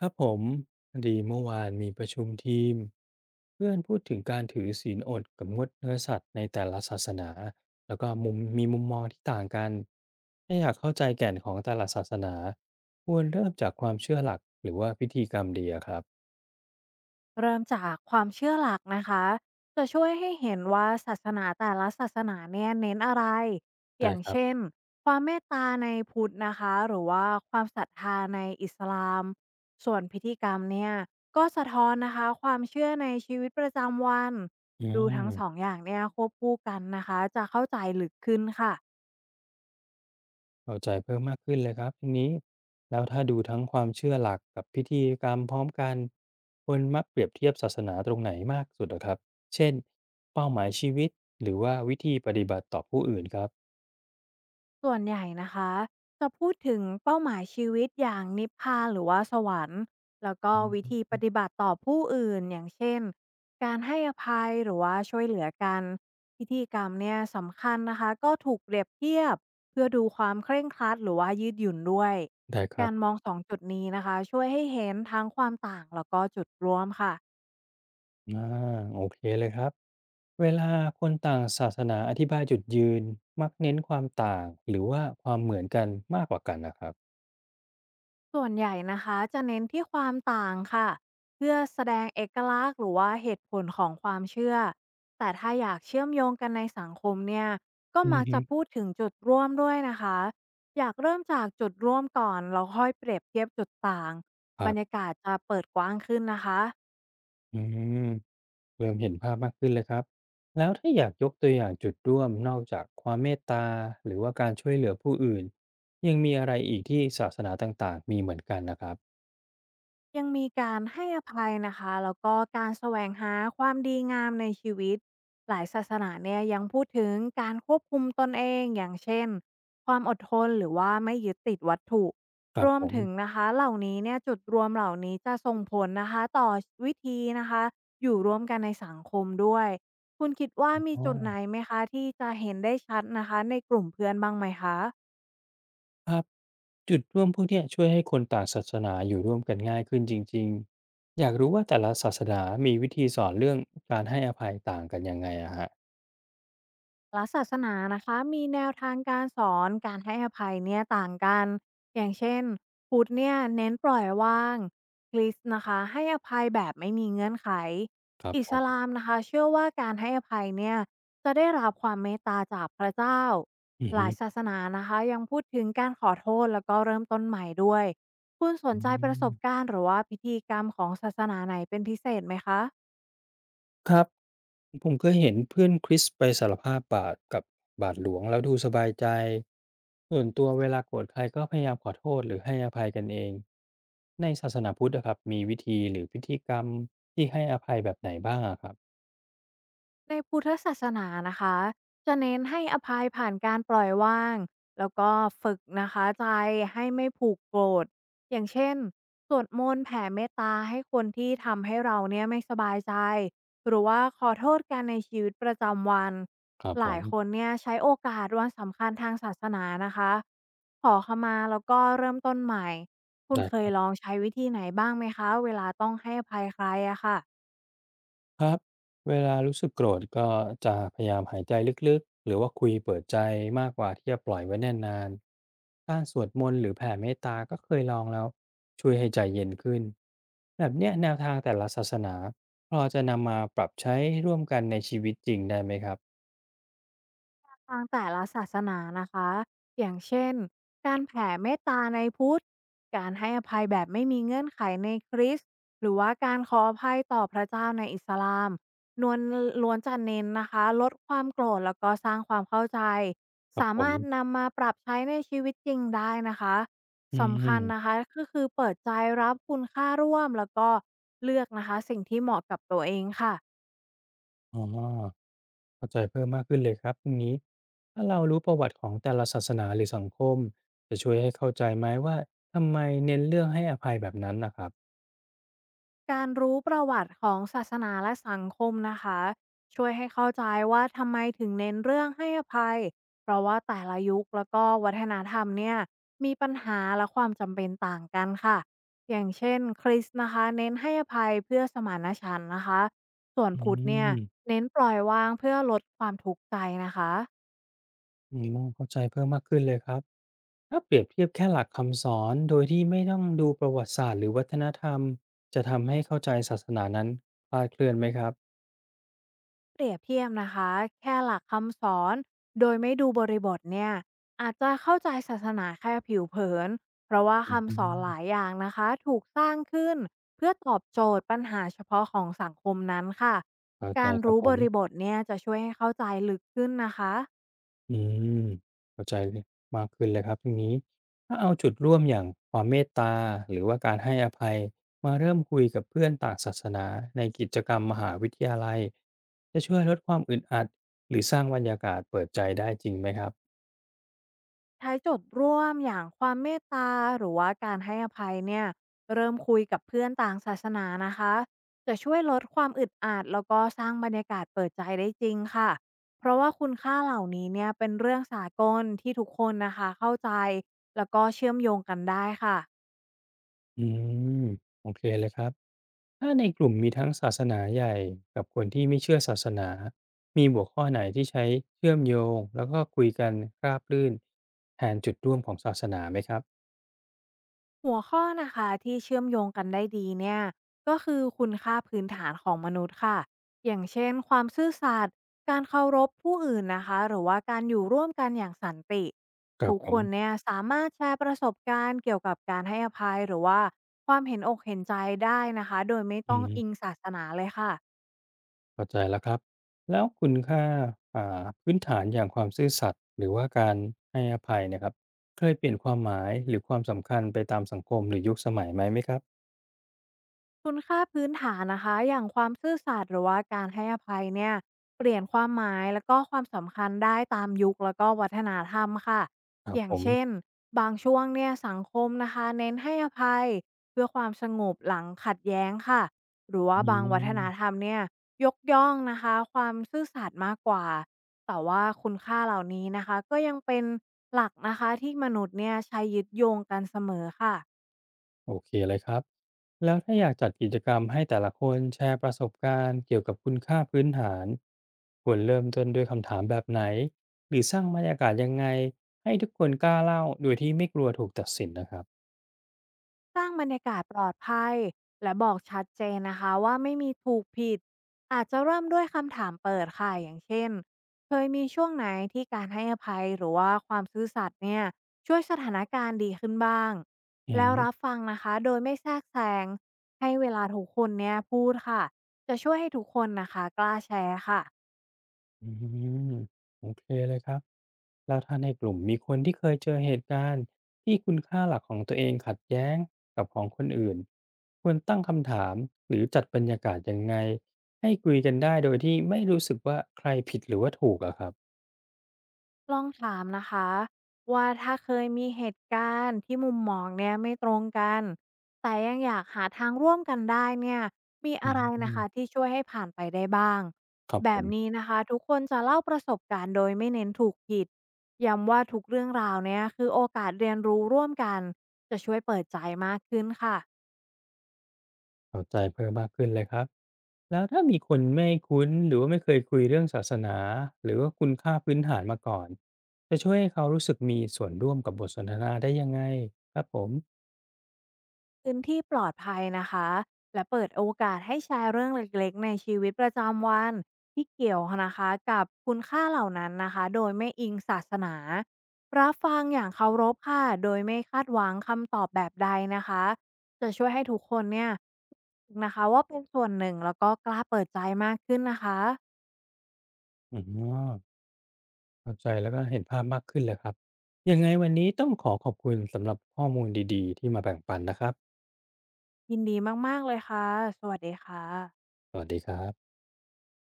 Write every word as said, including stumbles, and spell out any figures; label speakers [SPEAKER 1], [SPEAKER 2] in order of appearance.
[SPEAKER 1] ครับผมพอดีเมื่อวานมีประชุมทีม เพื่อนพูดถึงการถือศีลอดกับงดเนื้อสัตว์ในแต่ละศาสนา แล้วก็มุมมีมุมมองที่ต่างกันถ้าอยากเข้าใจแก่นของแต่ละศาสนา ควรเริ่มจากความเชื่อหลักหรือว่าพิธีกรรมดีอะครับ
[SPEAKER 2] เริ่มจากความเชื่อหลักนะคะจะช่วยให้เห็นว่าศาสนาแต่ละศาสนาเนี่ยเน้นอะไร อ
[SPEAKER 1] ได้
[SPEAKER 2] ย่าง
[SPEAKER 1] ครับ
[SPEAKER 2] เช่นความเมตตาในพุทธนะคะหรือว่าความศรัทธาในอิสลาม ส่วนพิธีกรรมเนี่ยก็สะท้อนนะคะความเชื่อในชีวิตประจำวัน
[SPEAKER 1] อื
[SPEAKER 2] ดูทั้งสอง
[SPEAKER 1] ม
[SPEAKER 2] อย่างเนี่ยควบคู่กันนะคะจะเข้าใจลึกขึ้นค่ะ
[SPEAKER 1] เข้าใจเพิ่มมากขึ้นเลยครับทีนี้แล้วถ้าดูทั้งความเชื่อหลักกับพิธีกรรมพร้อมกันคนมักเปรียบเทียบศาสนาตรงไหนมากสุดเหรอครับเช่นเป้าหมายชีวิตหรือว่าวิธีปฏิบัติต่อผู้อื่นครับ
[SPEAKER 2] ส่วนใหญ่นะคะจะพูดถึงเป้าหมายชีวิตอย่างนิพพานหรือว่าสวรรค์แล้วก็
[SPEAKER 1] อื
[SPEAKER 2] วิธีป
[SPEAKER 1] ม
[SPEAKER 2] ฏิบัติต่อผู้อื่นอย่างเช่นการให้อภัยหรือว่าช่วยเหลือกันพิธีกรรมเนี่ยสำคัญนะคะก็ถูกเปรียบเทียบเพื่อดูความเคร่งครัดหรือว่ายืดหยุ่นด้วย
[SPEAKER 1] ได้ครั
[SPEAKER 2] กา
[SPEAKER 1] บ
[SPEAKER 2] รมองสองจุดนี้นะคะช่วยให้เห็นทั้งความต่างแล้วก็จุดร่วมค่ะ
[SPEAKER 1] อ่าโอเคเลยครับเวลาคนต่างศาสนาอธิบายจุดยืนมักเน้นความต่างหรือว่าความเหมือนกันมากกว่ากันนะครับ
[SPEAKER 2] ส่วนใหญ่นะคะจะเน้นที่ความต่างค่ะเพื่อแสดงเอกลักษณ์หรือว่าเหตุผลของความเชื่อแต่ถ้าอยากเชื่อมโยงกันในสังคมเนี่ยก็
[SPEAKER 1] อือ
[SPEAKER 2] มัก
[SPEAKER 1] ฮึ
[SPEAKER 2] จะพูดถึงจุดร่วมด้วยนะคะอยากเริ่มจากจุดร่วมก่อนแล้วค่อยเปรียบเทียบจุดต่าง
[SPEAKER 1] ค
[SPEAKER 2] บ
[SPEAKER 1] รั
[SPEAKER 2] รรยา
[SPEAKER 1] บ
[SPEAKER 2] กาศจะเปิดกว้างขึ้นนะคะ
[SPEAKER 1] อืม เริ่มเห็นภาพมากขึ้นเลยครับแล้วถ้าอยากยกตัวอย่างจุดร่วมนอกจากความเมตตาหรือว่าการช่วยเหลือผู้อื่นยังมีอะไรอีกที่ศาสนาต่างๆมีเหมือนกันนะครับ
[SPEAKER 2] ยังมีการให้อภัยนะคะแล้วก็การแสวงหาความดีงามในชีวิตหลายศาสนาเนี่ยยังพูดถึงการควบคุมตนเองอย่างเช่นความอดทนหรือว่าไม่ยึดติดวัตถุ
[SPEAKER 1] ครั
[SPEAKER 2] ร
[SPEAKER 1] บ
[SPEAKER 2] ว
[SPEAKER 1] ผ
[SPEAKER 2] ม
[SPEAKER 1] ม
[SPEAKER 2] ถึงนะคะเหล่านี้เนี่ยจุดรวมเหล่านี้จะส่งผลนะคะต่อวิธีนะคะอยู่ร่วมกันในสังคมด้วยคุณคิดว่ามี
[SPEAKER 1] อ๋อ
[SPEAKER 2] จุดไหนไหมคะที่จะเห็นได้ชัดนะคะในกลุ่มเพื่อนบ้างไหมคะ
[SPEAKER 1] ครับจุดร่วมพวกเนี้ยช่วยให้คนต่างศาสนาอยู่ร่วมกันง่ายขึ้นจริงๆอยากรู้ว่าแต่ละศาสนามีวิธีสอนเรื่องการให้อภัยต่างกันยังไงอะฮะ
[SPEAKER 2] ละศาสนานะคะมีแนวทางการสอนการให้อภัยเนี่ยต่างกันอย่างเช่นพุทธเนี่ยเน้นปล่อยวางคริสต์นะคะให้อภัยแบบไม่มีเงื่อนไข
[SPEAKER 1] ครับ
[SPEAKER 2] อิ
[SPEAKER 1] ผ
[SPEAKER 2] ส
[SPEAKER 1] ม
[SPEAKER 2] ลามนะคะเชื่อว่าการให้อภัยเนี่ยจะได้รับความเมตตาจากพระเจ้า
[SPEAKER 1] อือ
[SPEAKER 2] ห
[SPEAKER 1] ฮึ
[SPEAKER 2] ลายศาสนานะคะยังพูดถึงการขอโทษแล้วก็เริ่มต้นใหม่ด้วยคุณส
[SPEAKER 1] อื
[SPEAKER 2] นใจประสบ
[SPEAKER 1] ม
[SPEAKER 2] การณ์หรือว่าพิธีกรรมของศาสนาไหนเป็นพิเศษไหมคะ
[SPEAKER 1] ครับผมเคยเห็นเพื่อนคริสไปสารภาพบาปกับบาทหลวงแล้วดูสบายใจส่วนตัวเวลาโกรธใครก็พยายามขอโทษหรือให้อภัยกันเองในศาสนาพุทธอะครับมีวิธีหรือพิธีกรรมที่ให้อภัยแบบไหนบ้างอะครับ
[SPEAKER 2] ในพุทธศาสนานะคะจะเน้นให้อภัยผ่านการปล่อยวางแล้วก็ฝึกนะคะใจให้ไม่ผูกโกรธอย่างเช่นสวดมนต์แผ่เมตตาให้คนที่ทำให้เราเนี่ยไม่สบายใจหรือว่าขอโทษกันในชีวิตประจำวัน
[SPEAKER 1] ครับ
[SPEAKER 2] ห
[SPEAKER 1] ผ
[SPEAKER 2] ลาย
[SPEAKER 1] ม
[SPEAKER 2] คนเนี่ยใช้โอกาสวันสำคัญทางศาสนานะคะขอขมาแล้วก็เริ่มต้นใหม่คุ
[SPEAKER 1] ได
[SPEAKER 2] ณเคย
[SPEAKER 1] ้
[SPEAKER 2] ลองใช้วิธีไหนบ้างไหมคะเวลาต้องให้อภัยใครอะค่ะ
[SPEAKER 1] ครับเวลารู้สึกโกรธก็จะพยายามหายใจลึกๆหรือว่าคุยเปิดใจมากกว่าที่จะปล่อยไว้แนนน่านการสวดมนต์หรือแผ่เมตตาก็เคยลองแล้วช่วยให้ใจเย็นขึ้นแบบเนี้ยแนวทางแต่ละศาสนาพอจะนำมาปรับใช้ร่วมกันในชีวิตจริงได้ไหมครับ
[SPEAKER 2] ทางแต่ละศาสนานะคะอย่างเช่นการแผ่เมตตาในพุทธการให้อภัยแบบไม่มีเงื่อนไขในคริสต์หรือว่าการขออภัยต่อพระเจ้าในอิสลามนวลล้วนจะเน้นนะคะลดความโกรธแล้วก็สร้างความเข้าใจ
[SPEAKER 1] ครับ
[SPEAKER 2] สา
[SPEAKER 1] ผม
[SPEAKER 2] มารถนำมาปรับใช้ในชีวิตจริงได้นะคะ
[SPEAKER 1] อื
[SPEAKER 2] สำคั
[SPEAKER 1] ม
[SPEAKER 2] ญนะคะก็คือเปิดใจรับคุณค่าร่วมแล้วก็เลือกนะคะสิ่งที่เหมาะกับตัวเองค่ะ
[SPEAKER 1] อ๋อเข้าใจเพิ่มมากขึ้นเลยครับตรงนี้ถ้าเรารู้ประวัติของแต่ละศาสนาหรือสังคมจะช่วยให้เข้าใจไหมว่าทำไมเน้นเรื่องให้อภัยแบบนั้นนะครับ
[SPEAKER 2] การรู้ประวัติของศาสนาและสังคมนะคะช่วยให้เข้าใจว่าทำไมถึงเน้นเรื่องให้อภัยเพราะว่าแต่ละยุคแล้วก็วัฒนธรรมเนี่ยมีปัญหาและความจำเป็นต่างกันค่ะอย่างเช่นคริสต์นะคะเน้นให้อภัยเพื่อสมานฉันท์นะคะส่วน
[SPEAKER 1] อื
[SPEAKER 2] พุทธเนี่ย
[SPEAKER 1] ม
[SPEAKER 2] เน้นปล่อยวางเพื่อลดความทุกข์ใจนะคะ
[SPEAKER 1] อืมเข้าใจเพิ่มมากขึ้นเลยครับถ้าเปรียบเทียบแค่หลักคำสอนโดยที่ไม่ต้องดูประวัติศาสตร์หรือวัฒนธรรมจะทำให้เข้าใจศาสนานั้นคลาดเคลื่อนไหมครับ
[SPEAKER 2] เปรียบเทียบนะคะแค่หลักคำสอนโดยไม่ดูบริบทเนี่ยอาจจะเข้าใจศาสนาแค่ผิวเผินเพราะว่า
[SPEAKER 1] อื
[SPEAKER 2] คำสอน
[SPEAKER 1] ม
[SPEAKER 2] หลายอย่างนะคะถูกสร้างขึ้นเพื่อตอบโจทย์ปัญหาเฉพาะของสังคมนั้นค่ะ
[SPEAKER 1] เข้าใจ
[SPEAKER 2] การ
[SPEAKER 1] ครับ
[SPEAKER 2] รู้
[SPEAKER 1] ผ
[SPEAKER 2] บ
[SPEAKER 1] ม
[SPEAKER 2] ริบทเนี่ยจะช่วยให้เข้าใจลึกขึ้นนะคะ
[SPEAKER 1] อืมเข้าใจยมากขึ้นเลยครับตรงนี้ถ้าเอาจุดร่วมอย่างความเมตตาหรือว่าการให้อภัยมาเริ่มคุยกับเพื่อนต่างศาสนาในกิจกรรมมหาวิทยาลัยจะช่วยลดความอึดอัดหรือสร้างบรรยากาศเปิดใจได้จริงไหมครับ
[SPEAKER 2] ใช้จุดร่วมอย่างความเมตตาหรือว่าการให้อภัยเนี่ยเริ่มคุยกับเพื่อนต่างศาสนานะคะจะช่วยลดความอึดอัดแล้วก็สร้างบรรยากาศเปิดใจได้จริงค่ะเพราะว่าคุณค่าเหล่านี้เนี่ยเป็นเรื่องสากลที่ทุกคนนะคะเข้าใจแล้วก็เชื่อมโยงกันได้ค่ะ
[SPEAKER 1] อืมโอเคเลยครับถ้าในกลุ่มมีทั้งศาสนาใหญ่กับคนที่ไม่เชื่อศาสนามีหัวข้อไหนที่ใช้เชื่อมโยงแล้วก็คุยกันราบรื่นแทนจุดร่วมของศาสนาไหมครับ
[SPEAKER 2] หัวข้อนะคะที่เชื่อมโยงกันได้ดีเนี่ยก็คือคุณค่าพื้นฐานของมนุษย์ค่ะอย่างเช่นความซื่อสัตย์การเคารพผู้อื่นนะคะหรือว่าการอยู่ร่วมกันอย่างสันติ
[SPEAKER 1] ครับ
[SPEAKER 2] ทุก
[SPEAKER 1] ผ
[SPEAKER 2] คน
[SPEAKER 1] ม
[SPEAKER 2] เนี่ยสามารถแชร์ประสบการณ์เกี่ยวกับการให้อภัยหรือว่าความเห็นอกเห็นใจได้นะคะโดยไม่
[SPEAKER 1] อื
[SPEAKER 2] ต้องอิง
[SPEAKER 1] ม
[SPEAKER 2] ศาสนาเลยค่ะ
[SPEAKER 1] เข้าใจแล้วครับแล้วคุณค่าอ่าพื้นฐานอย่างความซื่อสัตย์หรือว่าการให้อภัยเนะครับเคยเปลี่ยนความหมายหรือความสำคัญไปตามสังคมหรือยุคสมัยไหมไหมครับ
[SPEAKER 2] คุณค่าพื้นฐานนะคะอย่างความซื่อสัตย์หรือว่าการให้อภัยเนี่ยเปลี่ยนความหมายแล้วก็ความสำคัญได้ตามยุคแล้วก็วัฒนธรรมค่ะ
[SPEAKER 1] ครับ
[SPEAKER 2] อ
[SPEAKER 1] ผ
[SPEAKER 2] ย่าง
[SPEAKER 1] ม
[SPEAKER 2] เช่นบางช่วงเนี่ยสังคมนะคะเน้นให้อภัยเพื่อความสงบหลังขัดแย้งค่ะหรือว่า
[SPEAKER 1] อื
[SPEAKER 2] บางวัฒนธ
[SPEAKER 1] ม
[SPEAKER 2] รรมเนี่ยยกย่องนะคะความซื่อสัตย์มากกว่าแต่ว่าคุณค่าเหล่านี้นะคะก็ยังเป็นหลักนะคะที่มนุษย์เนี่ยใช้ยึดโยงกันเสมอค่ะ
[SPEAKER 1] โอเคเลยครับ แล้วถ้าอยากจัดกิจกรรมให้แต่ละคนแชร์ประสบการณ์เกี่ยวกับคุณค่าพื้นฐานควรเริ่มต้นด้วยคำถามแบบไหนหรือสร้างบรรยากาศยังไงให้ทุกคนกล้าเล่าโดยที่ไม่กลัวถูกตัดสินนะครับ
[SPEAKER 2] สร้างบรรยากาศปลอดภัยและบอกชัดเจนนะคะว่าไม่มีถูกผิดอาจจะเริ่มด้วยคำถามเปิดค่ะอย่างเช่นเคยมีช่วงไหนที่การให้อภัยหรือว่าความซื่อสัตย์เนี่ยช่วยสถานการณ์ดีขึ้นบ้าง
[SPEAKER 1] อื
[SPEAKER 2] แล้ว
[SPEAKER 1] ม
[SPEAKER 2] รับฟังนะคะโดยไม่แทรกแซงให้เวลาทุกคนเนี่ยพูดค่ะจะช่วยให้ทุกคนนะคะกล้าแชร์ค่ะ
[SPEAKER 1] อืมโอเคเลยครับ แล้วถ้าในกลุ่มมีคนที่เคยเจอเหตุการณ์ที่คุณค่าหลักของตัวเองขัดแย้งกับของคนอื่นควรตั้งคำถามหรือจัดบรรยากาศยังไงให้คุยกันได้โดยที่ไม่รู้สึกว่าใครผิดหรือว่าถูกอะครับ
[SPEAKER 2] ลองถามนะคะว่าถ้าเคยมีเหตุการณ์ที่มุมมองเนี่ยไม่ตรงกันแต่ยังอยากหาทางร่วมกันได้เนี่ยมี
[SPEAKER 1] อื
[SPEAKER 2] อะไรนะ
[SPEAKER 1] ม
[SPEAKER 2] คะที่ช่วยให้ผ่านไปได้บ้าง
[SPEAKER 1] ครับ
[SPEAKER 2] แบ
[SPEAKER 1] ผม
[SPEAKER 2] บนี้นะคะทุกคนจะเล่าประสบการณ์โดยไม่เน้นถูกผิดย้ำว่าทุกเรื่องราวเนี่ยคือโอกาสเรียนรู้ร่วมกันจะช่วยเปิดใจมากขึ้นค่ะ
[SPEAKER 1] เข้าใจเพิ่มมากขึ้นเลยครับแล้วถ้ามีคนไม่คุ้นหรือว่าไม่เคยคุยเรื่องศาสนาหรือว่าคุณค่าพื้นฐานมาก่อนจะช่วยให้เขารู้สึกมีส่วนร่วมกับบทสนทนาได้ยังไงครับผม
[SPEAKER 2] พื้นที่ปลอดภัยนะคะ และเปิดโอกาสให้แชร์เรื่องเล็กๆในชีวิตประจำวันที่เกี่ยวนะคะกับคุณค่าเหล่านั้นนะคะโดยไม่อิงศาสนารับฟังอย่างเคารพค่ะโดยไม่คาดหวังคำตอบแบบใดนะคะจะช่วยให้ทุกคนเนี่ยนะคะว่าเป็นส่วนหนึ่งแล้วก็กล้าเปิดใจมากขึ้นนะคะ
[SPEAKER 1] อ๋อ เข้าใจแล้วก็เห็นภาพมากขึ้นเลยครับ ยังไงวันนี้ต้องขอขอบคุณสำหรับข้อมูลดีๆที่มาแบ่งปันนะครับ
[SPEAKER 2] ยินดีมากๆเลยค่ะสวัสดีค่ะ
[SPEAKER 1] สวัสดีครับ